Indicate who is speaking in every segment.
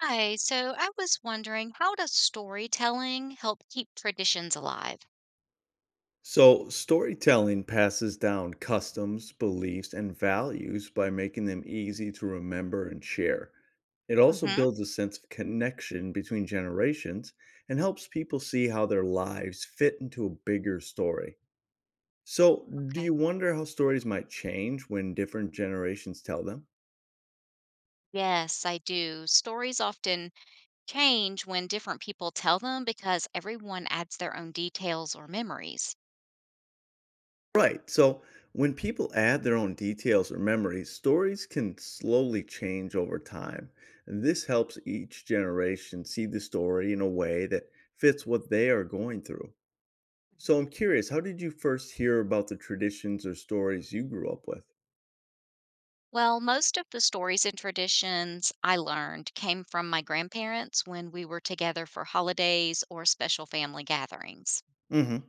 Speaker 1: Hi, so I was wondering, how does storytelling help keep traditions alive?
Speaker 2: So, storytelling passes down customs, beliefs, and values by making them easy to remember and share. It also
Speaker 1: Hmm.
Speaker 2: builds a sense of connection between generations and helps people see how their lives fit into a bigger story. So, do you
Speaker 1: Okay.
Speaker 2: wonder how stories might change when different generations tell them?
Speaker 1: Yes, I do. Stories often change when different people tell them because everyone adds their own details or memories.
Speaker 2: Right. So when people add their own details or memories, stories can slowly change over time. And this helps each generation see the story in a way that fits what they are going through. So
Speaker 1: hmm
Speaker 2: I'm curious, how did you first hear about the traditions or stories you grew up with?
Speaker 1: Well, most of the stories and traditions I learned came from my grandparents when we were together for holidays or special family gatherings.
Speaker 2: hmm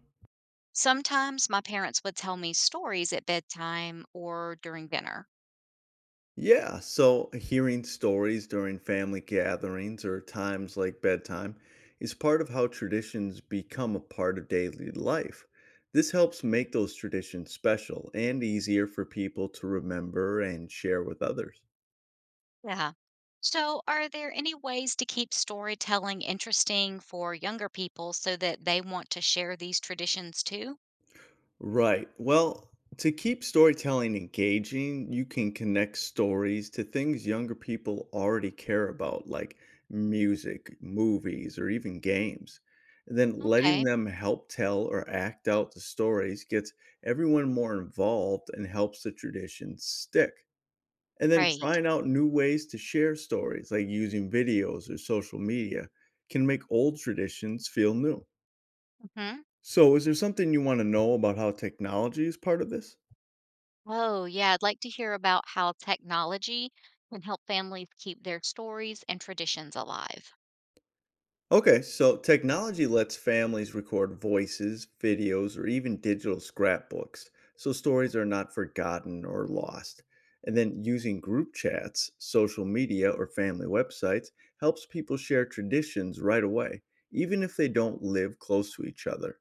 Speaker 1: Sometimes my parents would tell me stories at bedtime or during dinner.
Speaker 2: Yeah, so hearing stories during family gatherings or times like bedtime is part of how traditions become a part of daily life. This helps make those traditions special and easier for people to remember and share with others.
Speaker 1: Yeah. So, are there any ways to keep storytelling interesting for younger people so that they want to share these traditions too?
Speaker 2: Right. Well, to keep storytelling engaging, you can connect stories to things younger people already care about, like music, movies, or even games. Then letting
Speaker 1: Okay,
Speaker 2: them help tell or act out the stories gets everyone more involved and helps the tradition stick. And then
Speaker 1: great.
Speaker 2: trying out new ways to share stories, like using videos or social media, can make old traditions feel new.
Speaker 1: hmm
Speaker 2: So, is there something you want to know about how technology is part of this?
Speaker 1: Oh, yeah, I'd like to hear about how technology can help families keep their stories and traditions alive.
Speaker 2: Okay, so technology lets families record voices, videos, or even digital scrapbooks, so stories are not forgotten or lost. And then using group chats, social media, or family websites helps people share traditions right away, even if they don't live close to each other.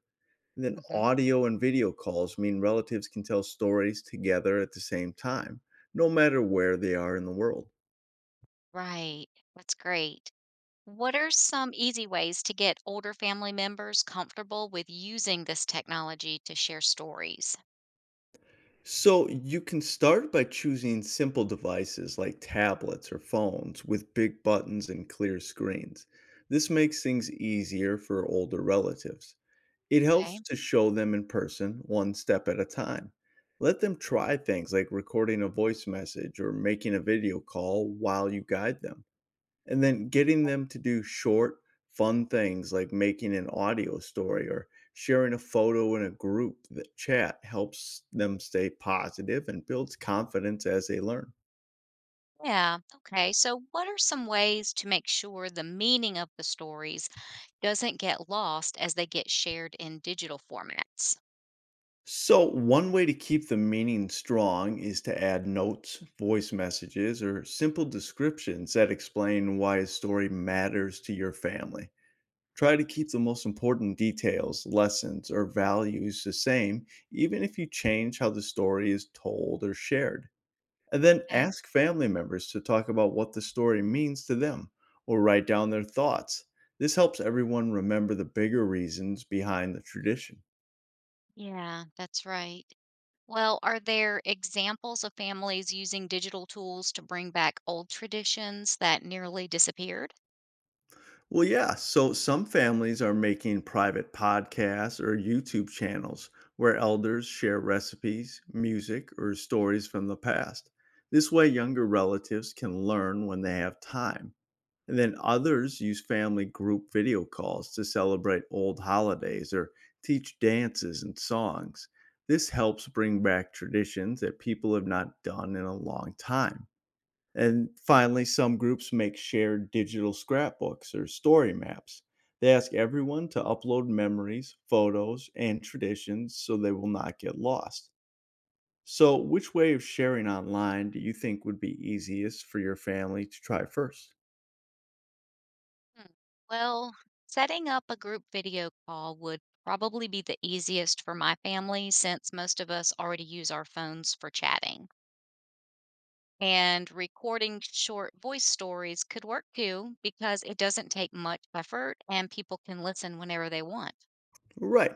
Speaker 2: And then
Speaker 1: Hmm.
Speaker 2: audio and video calls mean relatives can tell stories together at the same time, no matter where they are in the world.
Speaker 1: Right, that's great. What are some easy ways to get older family members comfortable with using this technology to share stories?
Speaker 2: So you can start by choosing simple devices like tablets or phones with big buttons and clear screens. This makes things easier for older relatives. It helps
Speaker 1: Okay.
Speaker 2: to show them in person one step at a time. Let them try things like recording a voice message or making a video call while you guide them. And then getting them to do short, fun things like making an audio story or sharing a photo in a group that chat helps them stay positive and builds confidence as they learn.
Speaker 1: Yeah. Okay. So, what are some ways to make sure the meaning of the stories doesn't get lost as they get shared in digital formats?
Speaker 2: So, one way to keep the meaning strong is to add notes, voice messages, or simple descriptions that explain why a story matters to your family. Try to keep the most important details, lessons, or values the same, even if you change how the story is told or shared. And then
Speaker 1: Okay.
Speaker 2: ask family members to talk about what the story means to them or write down their thoughts. This helps everyone remember the bigger reasons behind the tradition.
Speaker 1: Yeah, that's right. Well, are there examples of families using digital tools to bring back old traditions that nearly disappeared?
Speaker 2: Well, yeah, so some families are making private podcasts or YouTube channels where elders share recipes, music, or stories from the past. This way, younger relatives can learn when they have time. And then others use family group video calls to celebrate old holidays or teach dances and songs. This helps bring back traditions that people have not done in a long time. And
Speaker 1: Oh.
Speaker 2: finally, some groups make shared digital scrapbooks or story maps. They ask everyone to upload memories, photos, and traditions so they will not get lost. So, which way of sharing online do you think would be easiest for your family to try first?
Speaker 1: hmm. Well, setting up a group video call would probably be the easiest for my family since most of us already use our phones for chatting. And recording short voice stories could work too because it doesn't take much effort and people can listen whenever they want.
Speaker 2: Right.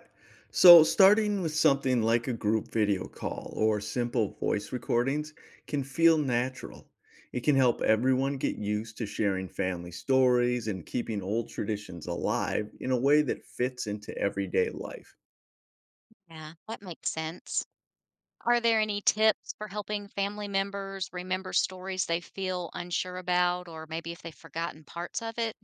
Speaker 2: So, starting with something like a group video call or simple voice recordings can feel natural. It can help everyone get used to sharing family stories and keeping old traditions alive in a way that fits into everyday life.
Speaker 1: Yeah, that makes sense. Are there any tips for helping family members remember stories they feel unsure about or maybe if they've forgotten parts of it?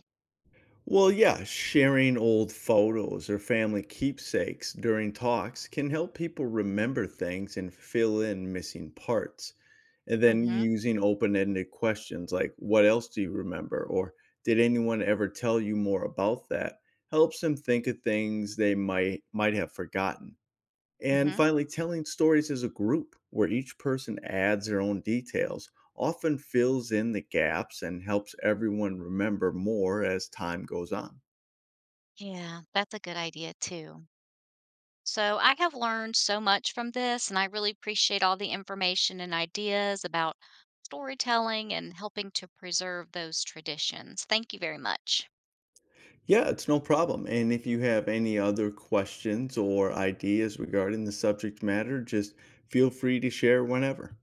Speaker 2: Well, yeah, sharing old photos or family keepsakes during talks can help people remember things and fill in missing parts. And
Speaker 1: Mm.
Speaker 2: then
Speaker 1: Mhm.
Speaker 2: using open ended questions like, "What else do you remember?" or "Did anyone ever tell you more about that?" helps them think of things they might have forgotten.
Speaker 1: Mm.
Speaker 2: And
Speaker 1: Mhm.
Speaker 2: finally, telling stories as a group where each person adds their own details often fills in the gaps and helps everyone remember more as time goes on.
Speaker 1: Yeah, that's a good idea too. So I have learned so much from this, and I really appreciate all the information and ideas about storytelling and helping to preserve those traditions. Thank you very much.
Speaker 2: Yeah, it's no problem. And if you have any other questions or ideas regarding the subject matter, just feel free to share whenever.